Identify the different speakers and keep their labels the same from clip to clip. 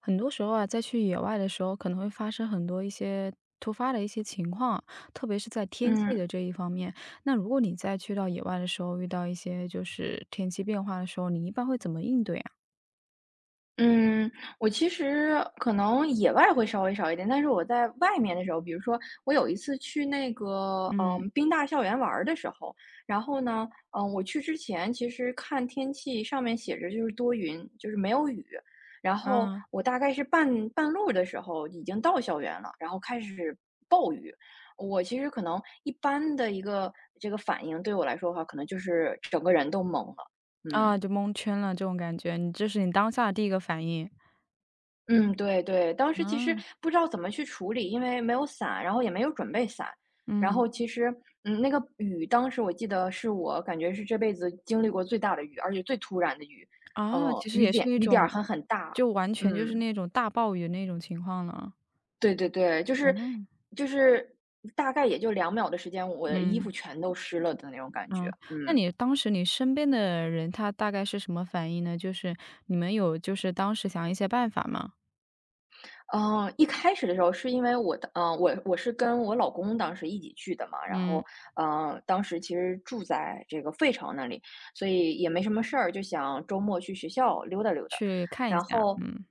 Speaker 1: 很多时候啊，在去野外的时候，可能会发生很多一些突发的一些情况啊，特别是在天气
Speaker 2: 嗯
Speaker 1: 的这一方面。那如果你在去到野外的时候，遇到一些就是天气变化的时候，你一般会怎么应对啊？
Speaker 2: 嗯，我其实可能野外会稍微少一点，但是我在外面的时候，比如说我有一次去那个
Speaker 1: 嗯，
Speaker 2: 宾大校园玩儿的时候，然后呢，我去之前其实看天气上面写着就是多云，就是没有雨，然后
Speaker 1: 啊
Speaker 2: 我大概是半路的时候已经到校园了，然后开始暴雨。我其实可能一般的一个这个反应对我来说的话，可能就是整个人都懵了，嗯。
Speaker 1: 啊，就蒙圈了这种感觉，你这是你当下的第一个反应。
Speaker 2: 嗯，对对，当时其实
Speaker 1: 嗯
Speaker 2: 不知道怎么去处理，因为没有伞，然后也没有准备伞。然
Speaker 1: 嗯，
Speaker 2: 后其实，那个雨当时我记得是我感觉是这辈子经历过最大的雨，而且最突然的雨，
Speaker 1: 啊，其实
Speaker 2: 雨
Speaker 1: 也是
Speaker 2: 点
Speaker 1: 一
Speaker 2: 雨点
Speaker 1: 种，
Speaker 2: 儿还很大。
Speaker 1: 就完全就是
Speaker 2: 嗯，
Speaker 1: 那种大暴雨的那种情况了。
Speaker 2: 对对对，就是
Speaker 1: 嗯
Speaker 2: 就是大概也就2秒的时间，我的衣
Speaker 1: 嗯。
Speaker 2: 服全都湿了的那种感觉。
Speaker 1: 嗯，那
Speaker 2: 嗯。
Speaker 1: 你当时你身边的人，他大概是什么反应呢？就是你们有就是当时想一些办法吗？
Speaker 2: 嗯，一开始的时候是因为我的，我是跟我老公当时一起去的嘛，然
Speaker 1: 嗯，
Speaker 2: 后，当时其实住在这个费城那里，所以也没什么事儿，就想周末去学校溜达溜达，
Speaker 1: 去看一
Speaker 2: 然
Speaker 1: 下，
Speaker 2: 后，
Speaker 1: 嗯，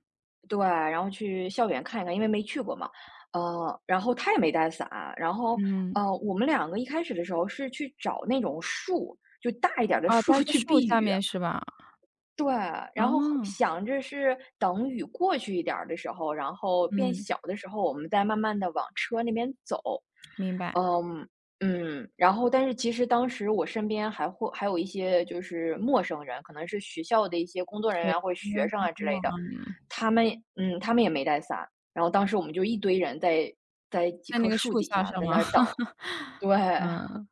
Speaker 2: 对，然后去校园看一看，因为没去过嘛，然后他也没带伞，然后，
Speaker 1: 嗯，
Speaker 2: 我们两个一开始的时候是去找那种树，就大一点儿的
Speaker 1: 哦，
Speaker 2: 树
Speaker 1: 待在
Speaker 2: 去
Speaker 1: 树
Speaker 2: 避
Speaker 1: 下
Speaker 2: 雨，
Speaker 1: 面是吧？
Speaker 2: 对，然后
Speaker 1: 啊，
Speaker 2: 想着是等雨过去一点儿的时候，然后变
Speaker 1: 嗯，
Speaker 2: 小的时候，我们再慢慢的往车那边走。
Speaker 1: 明白，
Speaker 2: 嗯，嗯，然后但是其实当时我身边还有一些就是陌生人，可能是学校的一些工作人
Speaker 1: 去
Speaker 2: 员或者
Speaker 1: 那
Speaker 2: 学生
Speaker 1: 工
Speaker 2: 啊之
Speaker 1: 作
Speaker 2: 类
Speaker 1: 啊，
Speaker 2: 的，他们他们也没带伞，然后当时我们就一堆人在几
Speaker 1: 在那
Speaker 2: 棵
Speaker 1: 个
Speaker 2: 树
Speaker 1: 树
Speaker 2: 底
Speaker 1: 下是
Speaker 2: 下在那
Speaker 1: 吗？
Speaker 2: 儿等，对。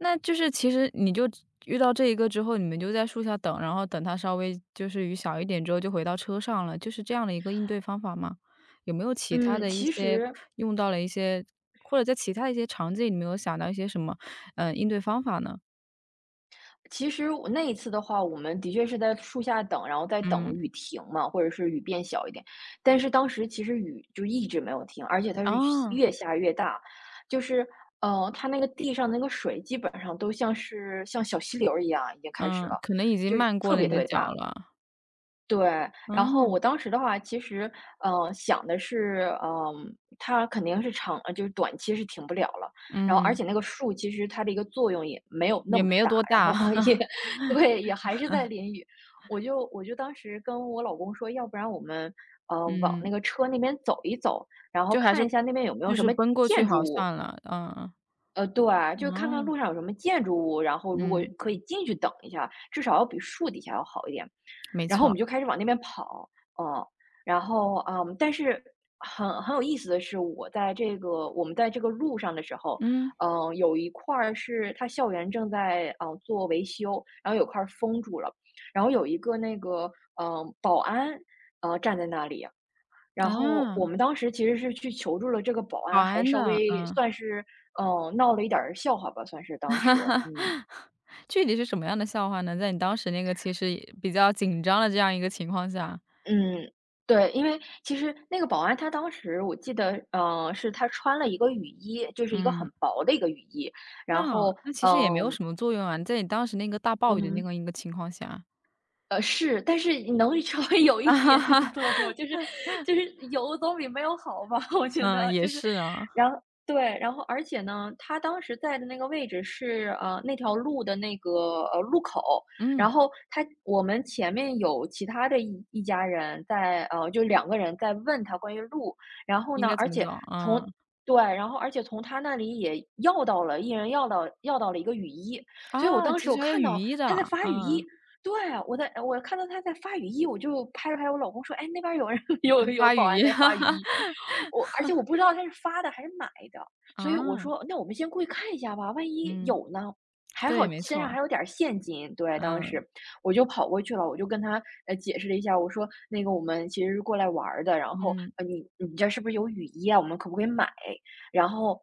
Speaker 1: 那就是其实你就遇到这一个之后，你们就在树下等，然后等它稍微就是雨小一点之后就回到车上了，就是这样的一个应对方法吗？有没有其他
Speaker 2: 嗯，
Speaker 1: 的一
Speaker 2: 其
Speaker 1: 些
Speaker 2: 实
Speaker 1: 用到了一些或者在其他的一些场景，你没有想到一些什么，应对方法呢？
Speaker 2: 其实我那一次的话，我们的确是在树下等，然后在等
Speaker 1: 嗯，
Speaker 2: 雨停嘛，或者是雨变小一点。但是当时其实雨就一直没有停，而且它是
Speaker 1: 啊，
Speaker 2: 越下越大，就是它那个地上那个水基本上都像是像小溪流儿一样，已经开始了，
Speaker 1: 嗯，可能已经
Speaker 2: 就是
Speaker 1: 漫过
Speaker 2: 特
Speaker 1: 了
Speaker 2: 别
Speaker 1: 你
Speaker 2: 特
Speaker 1: 的
Speaker 2: 别
Speaker 1: 脚
Speaker 2: 大。
Speaker 1: 了。
Speaker 2: 对，然后
Speaker 1: 嗯，
Speaker 2: 我当时的话，其实，想的是，嗯、它肯定是长，呃就是短期是停不了了。然后，而
Speaker 1: 嗯，
Speaker 2: 且那个树其实它的一个作用也没有那
Speaker 1: 也
Speaker 2: 么
Speaker 1: 没有
Speaker 2: 大，
Speaker 1: 多
Speaker 2: 然
Speaker 1: 大。
Speaker 2: 后 也 对，也还是在淋雨。我就当时跟我老公说，要不然我们往
Speaker 1: 嗯，
Speaker 2: 那个车那边走一走，然后
Speaker 1: 就还是
Speaker 2: 看一下那边有没有
Speaker 1: 就
Speaker 2: 什
Speaker 1: 是
Speaker 2: 么
Speaker 1: 奔过去
Speaker 2: 建筑
Speaker 1: 好
Speaker 2: 物。
Speaker 1: 算了，嗯，
Speaker 2: 对啊，就看看
Speaker 1: 嗯
Speaker 2: 路上有什么建筑物，然后如果
Speaker 1: 嗯，
Speaker 2: 可以进去等一下，至少要比树底下要好一点。
Speaker 1: 没
Speaker 2: 然后我
Speaker 1: 错，
Speaker 2: 们就开始往那边跑，嗯，然后但是很有意思的是，我们在这个路上的时候，
Speaker 1: 嗯，
Speaker 2: 有一块儿是它校园正在做维修，然后有块儿封住了，然后有一个那个保安站在那里，然后我
Speaker 1: 啊。
Speaker 2: 们当时其实是去求助了这个保
Speaker 1: 保
Speaker 2: 安，还
Speaker 1: 安
Speaker 2: 稍
Speaker 1: 的，
Speaker 2: 微
Speaker 1: 嗯。
Speaker 2: 算是闹了一点儿笑话吧，算是当时，嗯，
Speaker 1: 具体是什么样的笑话呢？在你当时那个其实也比较紧张的这样一个情况下，
Speaker 2: 嗯，对，因为其实那个保安他当时我记得，是他穿了一个雨衣，就是一个
Speaker 1: 嗯，
Speaker 2: 很薄的一个雨衣，然
Speaker 1: 那好
Speaker 2: 后，
Speaker 1: 那其实也没有
Speaker 2: 嗯，
Speaker 1: 什么作用啊，在你当时那个大暴雨的那
Speaker 2: 嗯，
Speaker 1: 个一个情况下。
Speaker 2: 是，但是能 稍微有 一
Speaker 1: 啊哈
Speaker 2: 点点
Speaker 1: 哈，
Speaker 2: 作用，就是有总比没有好吧，我觉
Speaker 1: 嗯，
Speaker 2: 得
Speaker 1: 也
Speaker 2: 就是，
Speaker 1: 是啊，
Speaker 2: 然后对，然后而且呢，他当时在的那个位置是那条路的那个路口，然
Speaker 1: 嗯，
Speaker 2: 后我们前面有其他的一家人在就两个人在问他关于路，然后
Speaker 1: 应
Speaker 2: 呢，
Speaker 1: 该怎
Speaker 2: 而
Speaker 1: 么走？
Speaker 2: 且从
Speaker 1: 嗯，
Speaker 2: 对，然后而且从他那里也要到了，一人要到了一个雨衣，所以我
Speaker 1: 啊，
Speaker 2: 当
Speaker 1: 其
Speaker 2: 时我
Speaker 1: 实还有
Speaker 2: 看
Speaker 1: 雨
Speaker 2: 到
Speaker 1: 衣的，
Speaker 2: 他在发雨
Speaker 1: 嗯，
Speaker 2: 衣，对，我看到他在发雨衣，我就拍了拍我老公说：“哎，那边有人 有
Speaker 1: 还
Speaker 2: 有
Speaker 1: 发
Speaker 2: 保
Speaker 1: 雨
Speaker 2: 安
Speaker 1: 衣。
Speaker 2: 在
Speaker 1: 哈
Speaker 2: 发雨
Speaker 1: 哈
Speaker 2: 衣。”而且我不知道他是发的还是买的，所以我
Speaker 1: 啊，
Speaker 2: 说：“那我们先过去看一下吧，万一
Speaker 1: 嗯，
Speaker 2: 有呢？”还好
Speaker 1: 对，没
Speaker 2: 身上
Speaker 1: 错，
Speaker 2: 还有点现金，对，当时
Speaker 1: 嗯，
Speaker 2: 我就跑过去了，我就跟他解释了一下，我说那个我们其实是过来玩儿的，然后
Speaker 1: 嗯，
Speaker 2: 你这是不是有雨衣啊？我们可不可以买？然后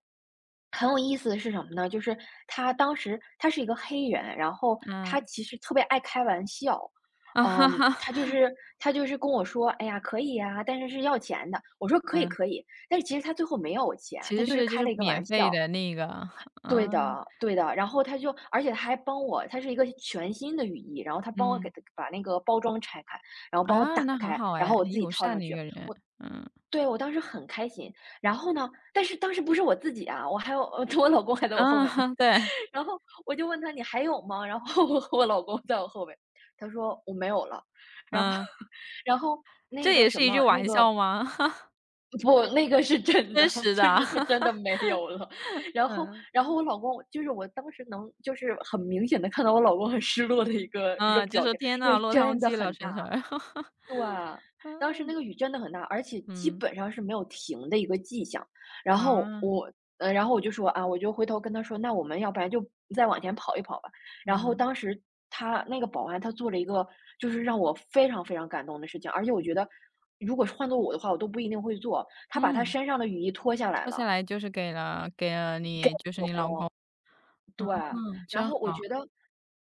Speaker 2: 很有意思的是什么呢？就是他当时是一个黑人，然后他
Speaker 1: 嗯，
Speaker 2: 其实特别爱开玩笑，
Speaker 1: 啊哈
Speaker 2: 嗯，
Speaker 1: 哈，
Speaker 2: 他就是他就是跟我说：“哎呀，可以呀，但是是要钱的。”我说：“可以，
Speaker 1: 嗯。
Speaker 2: 可以。”但是其实他最后没有钱，
Speaker 1: 其
Speaker 2: 他
Speaker 1: 实
Speaker 2: 就是
Speaker 1: 是就
Speaker 2: 开
Speaker 1: 是
Speaker 2: 了一个
Speaker 1: 免
Speaker 2: 玩
Speaker 1: 费
Speaker 2: 笑。
Speaker 1: 的那个，啊，
Speaker 2: 对的，对的。然后他就，而且他还帮我，他是一个全新的雨衣，然后他帮我
Speaker 1: 嗯，
Speaker 2: 给把那个包装拆开，然后帮我
Speaker 1: 啊，
Speaker 2: 打
Speaker 1: 那很
Speaker 2: 开，
Speaker 1: 好
Speaker 2: 然
Speaker 1: 哎，
Speaker 2: 后我
Speaker 1: 很
Speaker 2: 自己
Speaker 1: 友
Speaker 2: 套
Speaker 1: 善
Speaker 2: 上
Speaker 1: 的一
Speaker 2: 去。
Speaker 1: 个人，嗯，
Speaker 2: 对，我当时很开心。然后呢，但是当时不是我自己啊，我还有我老公还在我
Speaker 1: 嗯，
Speaker 2: 后面呢。
Speaker 1: 对，
Speaker 2: 然后我就问他：“你还有吗？”然后 我老公在我后面，他说：“我没有了。”然后
Speaker 1: 嗯，
Speaker 2: 然后那
Speaker 1: 这
Speaker 2: 个
Speaker 1: 也
Speaker 2: 什
Speaker 1: 是一句
Speaker 2: 么，那
Speaker 1: 玩
Speaker 2: 个
Speaker 1: 笑吗？
Speaker 2: 不，那个是真的，
Speaker 1: 真 实
Speaker 2: 就
Speaker 1: 的，
Speaker 2: 是他真的 没有了。然后我老公就是我当时能就是很明显的看到我老公很失落的一个
Speaker 1: 嗯，就
Speaker 2: 表
Speaker 1: 说
Speaker 2: 情，
Speaker 1: 天
Speaker 2: 因
Speaker 1: 呐，
Speaker 2: 为
Speaker 1: 落汤
Speaker 2: 真的
Speaker 1: 鸡了，
Speaker 2: 很大。
Speaker 1: 晨晨儿。
Speaker 2: 对，当时那个雨真的很大，而且基
Speaker 1: 嗯，
Speaker 2: 本上是没有停的一个迹象。然后
Speaker 1: 啊，
Speaker 2: 我，呃，然后我就说啊，我就回头跟他说，那我们要不然就再往前跑一跑吧。然后
Speaker 1: 嗯，
Speaker 2: 当时那个保安他做了一个就是让我非常非常感动的事情，而且我觉得如果是换做我的话，我都不一定会做。他把他
Speaker 1: 嗯，
Speaker 2: 身上的雨衣脱下来
Speaker 1: 脱下
Speaker 2: 了。
Speaker 1: 来就是给了你就是你老公，
Speaker 2: 哦，对，
Speaker 1: 嗯，
Speaker 2: 然
Speaker 1: 真
Speaker 2: 后我
Speaker 1: 好，
Speaker 2: 觉得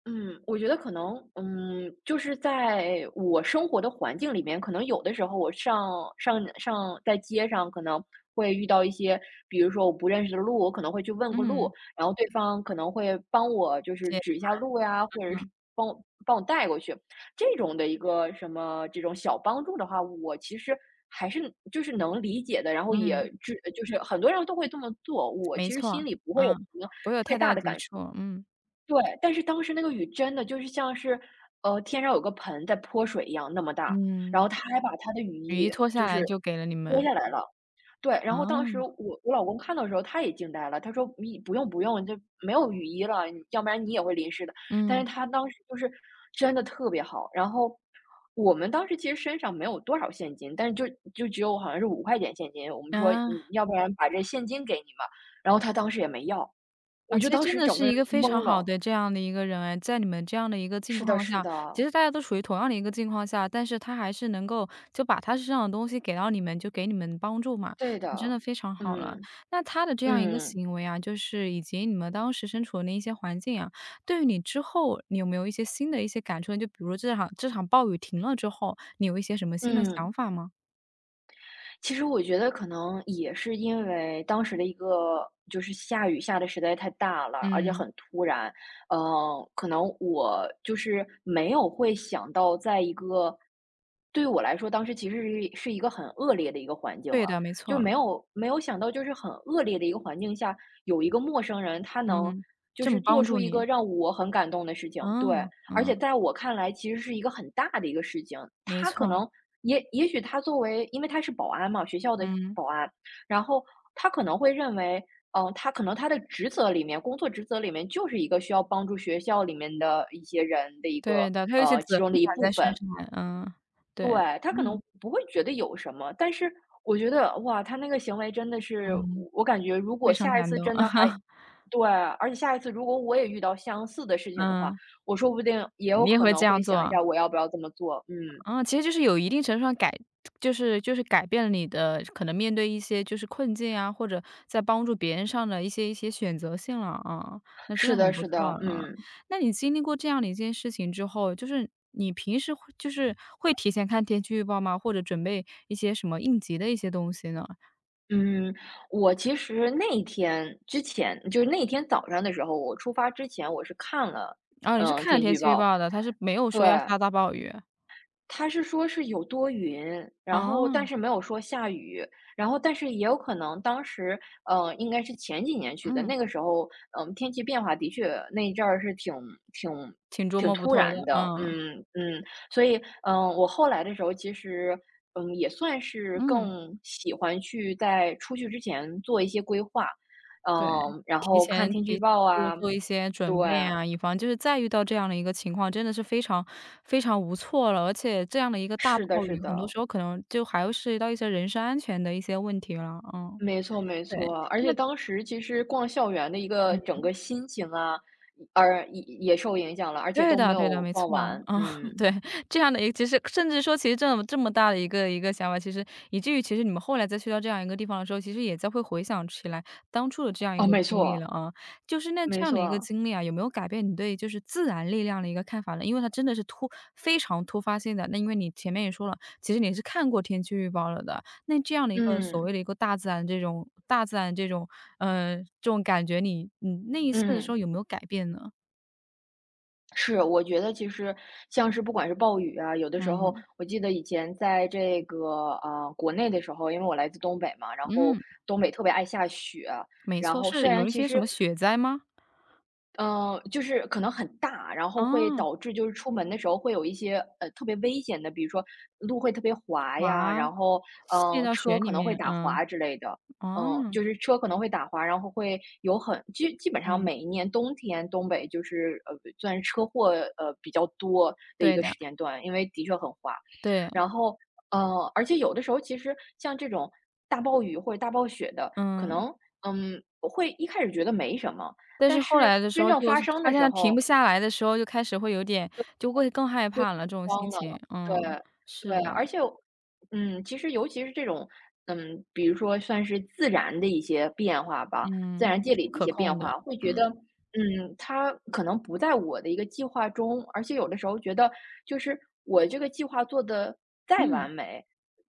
Speaker 2: 嗯，我觉得可能，就是在我生活的环境里面，可能有的时候我上上上在街上，可能会遇到一些，比如说我不认识的路，我可能会去问个
Speaker 1: 嗯，
Speaker 2: 路，然后对方可能会帮我就是
Speaker 1: 结
Speaker 2: 指一下路呀，或者
Speaker 1: 嗯，
Speaker 2: 是帮我带过去，这种的一个什么这种小帮助的话，我其实还是就是能理解的，然后也
Speaker 1: 嗯，
Speaker 2: 知就是很多人都会这么做，我
Speaker 1: 没
Speaker 2: 其实
Speaker 1: 错，
Speaker 2: 心里不会有
Speaker 1: 嗯，
Speaker 2: 什么
Speaker 1: 不会有
Speaker 2: 太
Speaker 1: 太大
Speaker 2: 大
Speaker 1: 的
Speaker 2: 的
Speaker 1: 抵触，嗯，
Speaker 2: 对，但是当时那个雨真的就是像是，天上有个盆在泼水一样那么大，然
Speaker 1: 嗯，
Speaker 2: 后他还把他的雨
Speaker 1: 雨衣
Speaker 2: 衣
Speaker 1: 脱下
Speaker 2: 就
Speaker 1: 来
Speaker 2: 是
Speaker 1: 就给了你
Speaker 2: 脱
Speaker 1: 们。
Speaker 2: 下来了。对，然后当时
Speaker 1: 啊，
Speaker 2: 我老公看到的时候他也惊呆了，他说：“你不用不用，就没有雨衣了，你要不然你也会淋湿的。”但是
Speaker 1: 嗯，
Speaker 2: 他当时就是真的特别好，然后我们当时其实身上没有多少现金，但是就只有好像是5块钱现金，我们说：“你
Speaker 1: 啊，
Speaker 2: 要不然把这现金给你吧。”然后他当时也没要，
Speaker 1: 啊，
Speaker 2: 我就
Speaker 1: 其实
Speaker 2: 当
Speaker 1: 真
Speaker 2: 时
Speaker 1: 的
Speaker 2: 整
Speaker 1: 是
Speaker 2: 个
Speaker 1: 一
Speaker 2: 人
Speaker 1: 个非常
Speaker 2: 懵
Speaker 1: 好
Speaker 2: 了。
Speaker 1: 的这样的一个人哎，在你们这样的一个境
Speaker 2: 是的，
Speaker 1: 况
Speaker 2: 是
Speaker 1: 下，其
Speaker 2: 的，
Speaker 1: 实大家都处于同样的一个境况下，但是他还是能够就把他身上的东西给到你们，就给你们帮助嘛，
Speaker 2: 对
Speaker 1: 那真的
Speaker 2: 的，
Speaker 1: 非常好了。
Speaker 2: 嗯
Speaker 1: 那他的这样一个
Speaker 2: 嗯
Speaker 1: 行为啊，就是以及你们当时身处的那一些环境啊，对于你之后，你有没有一些新的一些感触呢就比如这场暴雨停了之后，你有一些什么新的
Speaker 2: 嗯。
Speaker 1: 想法吗？
Speaker 2: 其实我觉得可能也是因为当时的一个就是下雨下的实在太大了，而且
Speaker 1: 嗯，
Speaker 2: 很突然，可能我就是没有会想到，在一个对于我来说，当时其实是一个很恶劣的一个环境
Speaker 1: 对
Speaker 2: 了，
Speaker 1: 的，没
Speaker 2: 就
Speaker 1: 错，
Speaker 2: 没有想到，就是很恶劣的一个环境下，有一个陌生人他能
Speaker 1: 嗯，
Speaker 2: 就
Speaker 1: 这
Speaker 2: 是
Speaker 1: 么
Speaker 2: 做
Speaker 1: 帮
Speaker 2: 出
Speaker 1: 助
Speaker 2: 一
Speaker 1: 你。
Speaker 2: 个让我很感动的事情，对。
Speaker 1: 嗯，
Speaker 2: 而且
Speaker 1: 嗯，
Speaker 2: 在我看来，其实是一个很大的一个事情。
Speaker 1: 没
Speaker 2: 他可
Speaker 1: 错，
Speaker 2: 能也许他作为，因为他是保安嘛，学校的
Speaker 1: 嗯，
Speaker 2: 保安，然后他可能会认为，他可能他的职责里面，工作职责里面就是一个需要帮助学校里面的一些人的一
Speaker 1: 对
Speaker 2: 个
Speaker 1: 的，他有一些责
Speaker 2: 其
Speaker 1: 任
Speaker 2: 中的一
Speaker 1: 感
Speaker 2: 部
Speaker 1: 在身
Speaker 2: 分。
Speaker 1: 上，嗯，对，
Speaker 2: 对，他可能
Speaker 1: 嗯，
Speaker 2: 不会觉得有什么，但是我觉得，哇，他那个行为真的是，
Speaker 1: 嗯，
Speaker 2: 我感觉如
Speaker 1: 非
Speaker 2: 果
Speaker 1: 常
Speaker 2: 下一
Speaker 1: 感
Speaker 2: 次
Speaker 1: 动，
Speaker 2: 真的还， 对，而且下一次如果我也遇到相似的事情的话，
Speaker 1: 嗯，
Speaker 2: 我说不定也有
Speaker 1: 你也
Speaker 2: 可
Speaker 1: 会这
Speaker 2: 能
Speaker 1: 样
Speaker 2: 会
Speaker 1: 做
Speaker 2: 想一
Speaker 1: 啊？
Speaker 2: 下我要不要这么做。嗯，
Speaker 1: 嗯，其实就是有一定程度上就是改变了你的可能面对一些就是困境啊，或者在帮助别人上的一些选择性了啊，那真
Speaker 2: 是
Speaker 1: 的
Speaker 2: 的，
Speaker 1: 很不
Speaker 2: 是
Speaker 1: 错
Speaker 2: 的，
Speaker 1: 了啊。
Speaker 2: 嗯
Speaker 1: 那你经历过这样的一件事情之后，就是你平时会就是会提前看天气预报吗？或者准备一些什么应急的一些东西呢？
Speaker 2: 嗯，我其实那一天之前，就是那一天早上的时候，我出发之前我是看了，
Speaker 1: 哦，你是看了
Speaker 2: 天气
Speaker 1: 天
Speaker 2: 预
Speaker 1: 气预
Speaker 2: 报，
Speaker 1: 报的，它是没有
Speaker 2: 对。
Speaker 1: 说要下大暴雨。
Speaker 2: 它是说是有多云，然后
Speaker 1: 哦，
Speaker 2: 但是没有说下雨，然后但是也有可能当时，应该是前几年去的，
Speaker 1: 嗯，
Speaker 2: 那个时候，天气变化的确那一阵儿是挺
Speaker 1: 挺捉
Speaker 2: 挺
Speaker 1: 摸不
Speaker 2: 突
Speaker 1: 透的，
Speaker 2: 然的，
Speaker 1: 嗯，
Speaker 2: 嗯嗯，所以，我后来的时候其实，也算是
Speaker 1: 嗯，
Speaker 2: 更喜欢去在出去之前做一些规划，
Speaker 1: 对，
Speaker 2: 然
Speaker 1: 提
Speaker 2: 后看
Speaker 1: 前
Speaker 2: 天气预报
Speaker 1: 做
Speaker 2: 啊，
Speaker 1: 做一些
Speaker 2: 对，
Speaker 1: 准备啊，以防就是再遇到这样的一个情况，真的是非常非常无措了。而且这样的一个大
Speaker 2: 是的
Speaker 1: 暴
Speaker 2: 是
Speaker 1: 雨，很多
Speaker 2: 的。
Speaker 1: 时候可能就还会涉及到一些人身安全的一些问题了，嗯，
Speaker 2: 没错没
Speaker 1: 对，
Speaker 2: 错，而
Speaker 1: 那
Speaker 2: 且当时其实逛校园的一个整个心情啊，而也受影响了，而且
Speaker 1: 对
Speaker 2: 都没
Speaker 1: 的对的，
Speaker 2: 有
Speaker 1: 没
Speaker 2: 逛
Speaker 1: 错，
Speaker 2: 完。
Speaker 1: 啊。
Speaker 2: 嗯，
Speaker 1: 对，这样的一个其实甚至说其实这么这么大的一个想法，其实以至于其实你们后来再去到这样一个地方的时候，其实也在会回想起来当初的这样一
Speaker 2: 哦，
Speaker 1: 个
Speaker 2: 没
Speaker 1: 经历了
Speaker 2: 错
Speaker 1: 啊。就是那
Speaker 2: 没
Speaker 1: 这样的一个
Speaker 2: 错，
Speaker 1: 经历啊，有没有改变你对就是自然力量的一个看法呢？因为它真的是非常突发性的，那因为你前面也说了，其实你是看过天气预报了的，那这样的一个所
Speaker 2: 嗯
Speaker 1: 谓的一个大自然这种，这种感觉你那一次的时
Speaker 2: 嗯，
Speaker 1: 候有没有改变呢？
Speaker 2: 是，我觉得其实像是不管是暴雨啊，有的时候
Speaker 1: 嗯，
Speaker 2: 我记得以前在这个国内的时候，因为我来自东北嘛，然后
Speaker 1: 嗯。
Speaker 2: 东北特别爱下雪啊，
Speaker 1: 没
Speaker 2: 然
Speaker 1: 错，
Speaker 2: 后
Speaker 1: 是
Speaker 2: 虽
Speaker 1: 有
Speaker 2: 然
Speaker 1: 一
Speaker 2: 其
Speaker 1: 些什
Speaker 2: 实
Speaker 1: 么雪灾吗？
Speaker 2: 嗯，就是可能很大，然后会
Speaker 1: 啊，
Speaker 2: 导致就是出门的时候会有一些特别危险的，比如说路会特别滑呀，
Speaker 1: 哇，
Speaker 2: 然后
Speaker 1: 陷到
Speaker 2: 车
Speaker 1: 雪里
Speaker 2: 可能会
Speaker 1: 面，
Speaker 2: 打
Speaker 1: 嗯，
Speaker 2: 滑之类的，
Speaker 1: 哦，
Speaker 2: 就是车可能会打滑，然后会有基本上
Speaker 1: 嗯，
Speaker 2: 每一年冬天东北就是算是车祸比较多的一
Speaker 1: 对
Speaker 2: 个
Speaker 1: 的，
Speaker 2: 时间段，因为的确很滑，
Speaker 1: 对，
Speaker 2: 然后而且有的时候其实像这种大暴雨或者大暴雪的，可
Speaker 1: 嗯。
Speaker 2: 能会一开始觉得没什么。
Speaker 1: 但是
Speaker 2: 但
Speaker 1: 后
Speaker 2: 是
Speaker 1: 来的时
Speaker 2: 真
Speaker 1: 候
Speaker 2: 正
Speaker 1: 就
Speaker 2: 发
Speaker 1: 是
Speaker 2: 生
Speaker 1: 发
Speaker 2: 的时
Speaker 1: 现停不
Speaker 2: 候
Speaker 1: 下来的时候，就开始会有点就会更害
Speaker 2: 就
Speaker 1: 怕了，这种
Speaker 2: 慌
Speaker 1: 心情，
Speaker 2: 了，
Speaker 1: 嗯，
Speaker 2: 对，
Speaker 1: 是
Speaker 2: 对，
Speaker 1: 的，
Speaker 2: 而且其实尤其是这种，比如说算是自然的一些变化吧，自
Speaker 1: 嗯，
Speaker 2: 然界里
Speaker 1: 不
Speaker 2: 的一
Speaker 1: 可
Speaker 2: 些变
Speaker 1: 控的，
Speaker 2: 化，会觉
Speaker 1: 嗯，
Speaker 2: 得，它可能不在我的一个计划中，而且有的时候觉得，就是我这个计划做的再
Speaker 1: 嗯。
Speaker 2: 完美，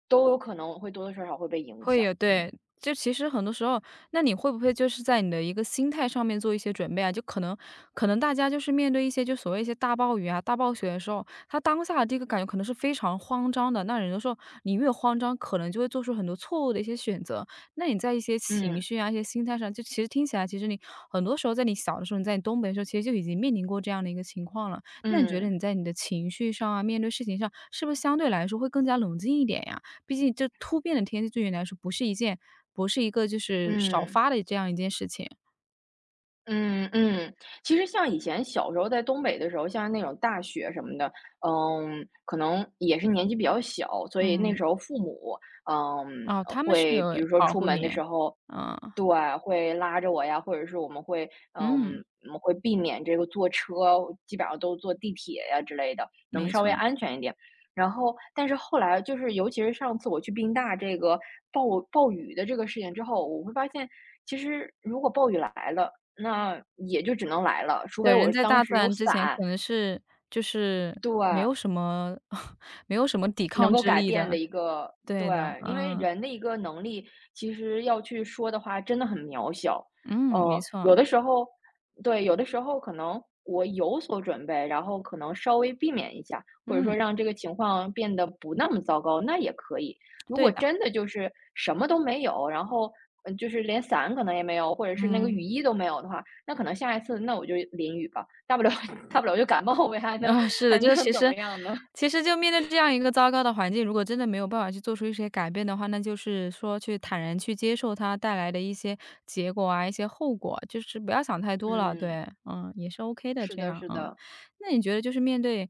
Speaker 2: 都有可能会多多少少会被影
Speaker 1: 会
Speaker 2: 响，
Speaker 1: 有，
Speaker 2: 嗯，
Speaker 1: 对。就其实很多时候，那你会不会就是在你的一个心态上面做一些准备啊？就可能大家就是面对一些就所谓一些大暴雨啊、大暴雪的时候，他当下的这个感觉可能是非常慌张的。那有的时候你越慌张，可能就会做出很多错误的一些选择。那你在一些情
Speaker 2: 嗯，
Speaker 1: 绪啊、一些心态上，就其实听起来，其实你很多时候在你小的时候，你在你东北的时候，其实就已经面临过这样的一个情况了。那你觉得
Speaker 2: 嗯，
Speaker 1: 你在你的情绪上啊，面对事情上，是不是相对来说会更加冷静一点呀？毕竟这突变的天气对于你来说不是一个就是少
Speaker 2: 嗯。
Speaker 1: 发的这样一件事情。
Speaker 2: 嗯嗯，其实像以前小时候在东北的时候，像那种大雪什么的，可能也是年纪比较小，所以那
Speaker 1: 嗯，
Speaker 2: 时候父母，嗯，
Speaker 1: 哦，他们是
Speaker 2: 会比
Speaker 1: 有
Speaker 2: 如说
Speaker 1: 保
Speaker 2: 出
Speaker 1: 护
Speaker 2: 门
Speaker 1: 你。
Speaker 2: 的时候，
Speaker 1: 嗯，
Speaker 2: 对，会拉着我呀，或者是嗯，
Speaker 1: 嗯，
Speaker 2: 我们会避免这个坐车，基本上都坐地铁呀之类的，能
Speaker 1: 没
Speaker 2: 稍微
Speaker 1: 错。
Speaker 2: 安全一点。然后，但是后来就是，尤其是上次我去宾大这个暴雨的这个事情之后，我会发现，其实如果暴雨来了，那也就只能来了，除
Speaker 1: 对，
Speaker 2: 非
Speaker 1: 人
Speaker 2: 我
Speaker 1: 在
Speaker 2: 当
Speaker 1: 大自
Speaker 2: 时有
Speaker 1: 然之前
Speaker 2: 伞，
Speaker 1: 可能是就是
Speaker 2: 对。
Speaker 1: 没有什么 没有什么抵
Speaker 2: 能
Speaker 1: 抗
Speaker 2: 够
Speaker 1: 之
Speaker 2: 改
Speaker 1: 力
Speaker 2: 变的
Speaker 1: 的。
Speaker 2: 一个，
Speaker 1: 对的，
Speaker 2: 对，因为
Speaker 1: 嗯，
Speaker 2: 人的一个能力，其实要去说的话，真的很渺小。
Speaker 1: 嗯，没错，
Speaker 2: 有的时候，对，有的时候可能我有所准备，然后可能稍微避免一下，或者说
Speaker 1: 嗯，
Speaker 2: 让这个情况变得不那么糟糕，那也可以。如
Speaker 1: 对
Speaker 2: 果
Speaker 1: 的，
Speaker 2: 真的就是什么都没有，然后就是连伞可能也没有，或者是那个雨
Speaker 1: 嗯。
Speaker 2: 衣都没有的话，那可能下一次那我就淋雨吧，大不了 大不了就感冒呗，
Speaker 1: 啊，是
Speaker 2: 还
Speaker 1: 的，
Speaker 2: 能
Speaker 1: 就是其
Speaker 2: 怎
Speaker 1: 实
Speaker 2: 么样呢？
Speaker 1: 其实就面对这样一个糟糕的环境，如果真的没有办法去做出一些改变的话，那就是说去坦然去接受它带来的一些结果啊，一些后果，就是不要想太多了，
Speaker 2: 嗯。
Speaker 1: 对，嗯，也是 OK 的
Speaker 2: 是
Speaker 1: 这
Speaker 2: 的，
Speaker 1: 样，
Speaker 2: 是
Speaker 1: 嗯。
Speaker 2: 的，
Speaker 1: 那你觉得就是面对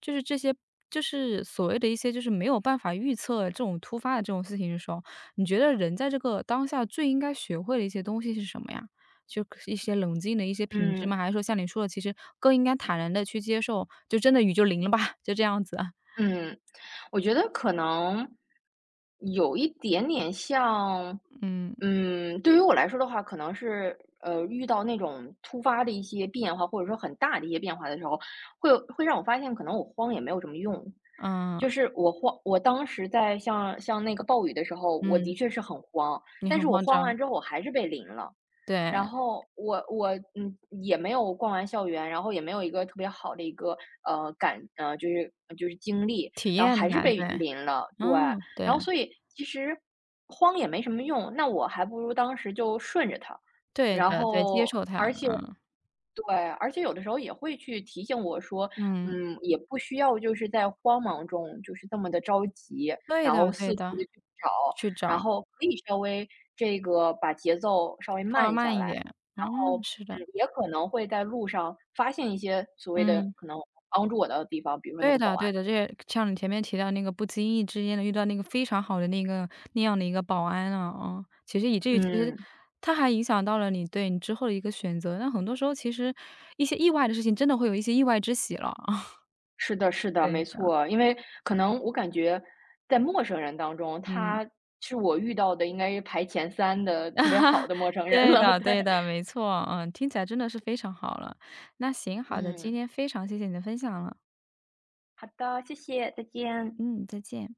Speaker 1: 就是这些就是所谓的一些就是没有办法预测这种突发的这种事情的时候，你觉得人在这个当下最应该学会的一些东西是什么呀？就一些冷静的一些品质吗？
Speaker 2: 嗯
Speaker 1: 还是说像你说的，其实更应该坦然的去接受，就真的雨就淋了吧，就这样子。
Speaker 2: 嗯，我觉得可能有一点点像，
Speaker 1: 嗯，
Speaker 2: 对于我来说的话，可能是遇到那种突发的一些变化，或者说很大的一些变化的时候，会让我发现，可能我慌也没有什么用。
Speaker 1: 嗯，
Speaker 2: 就是我慌，我当时在像那个暴雨的时候，我的
Speaker 1: 嗯，
Speaker 2: 确是很慌，
Speaker 1: 你
Speaker 2: 但
Speaker 1: 很
Speaker 2: 是我
Speaker 1: 慌
Speaker 2: 慌
Speaker 1: 张，
Speaker 2: 完之后，我还是被淋了。然
Speaker 1: 对，
Speaker 2: 后我也没有逛完校园，然后也没有一个特别好的一个呃感呃就是呃就是经历，
Speaker 1: 体
Speaker 2: 然后
Speaker 1: 验的
Speaker 2: 还是
Speaker 1: 感，
Speaker 2: 被
Speaker 1: 对，
Speaker 2: 淋了，对，
Speaker 1: 嗯，对，
Speaker 2: 然后所以其实慌也没什么用，那我还不如当时就顺着它，
Speaker 1: 对
Speaker 2: 然
Speaker 1: 的，对，接
Speaker 2: 后
Speaker 1: 受它，
Speaker 2: 而且。
Speaker 1: 嗯，
Speaker 2: 对，而且有的时候也会去提醒我说，
Speaker 1: 嗯，
Speaker 2: 也不需要就是在慌忙中就是这么的着急，
Speaker 1: 对
Speaker 2: 然
Speaker 1: 的
Speaker 2: 后
Speaker 1: 对
Speaker 2: 四处
Speaker 1: 的，
Speaker 2: 的去找，
Speaker 1: 去
Speaker 2: 然
Speaker 1: 找，
Speaker 2: 后可以稍微这个把节奏稍微
Speaker 1: 放
Speaker 2: 慢下
Speaker 1: 慢一
Speaker 2: 来，然
Speaker 1: 点，嗯，
Speaker 2: 后，
Speaker 1: 是的，
Speaker 2: 也可能会在路上发现一些所谓的
Speaker 1: 嗯。
Speaker 2: 可能帮助我的地方，比如说那
Speaker 1: 对
Speaker 2: 个保
Speaker 1: 的对
Speaker 2: 安。
Speaker 1: 的，这也像你前面提到那个不经意之间的遇到那个非常好的那个那样的一个保安啊，啊，其实以至于其实
Speaker 2: 嗯，
Speaker 1: 他还影响到了你对你之后的一个选择。那很多时候其实一些意外的事情真的会有一些意外之喜了。啊。
Speaker 2: 是的是的，
Speaker 1: 对
Speaker 2: 没
Speaker 1: 的，
Speaker 2: 错。因为可能我感觉在陌生人当中，
Speaker 1: 嗯。
Speaker 2: 他是我遇到的应该是排前三的特别好的陌 生人
Speaker 1: 对
Speaker 2: 了，
Speaker 1: 的
Speaker 2: 对。
Speaker 1: 对的，没错，嗯，听起来真的是非常好了。那行，好的，今
Speaker 2: 嗯，
Speaker 1: 天非常谢谢你的分享了。
Speaker 2: 好的，谢谢，再见。
Speaker 1: 嗯，再见。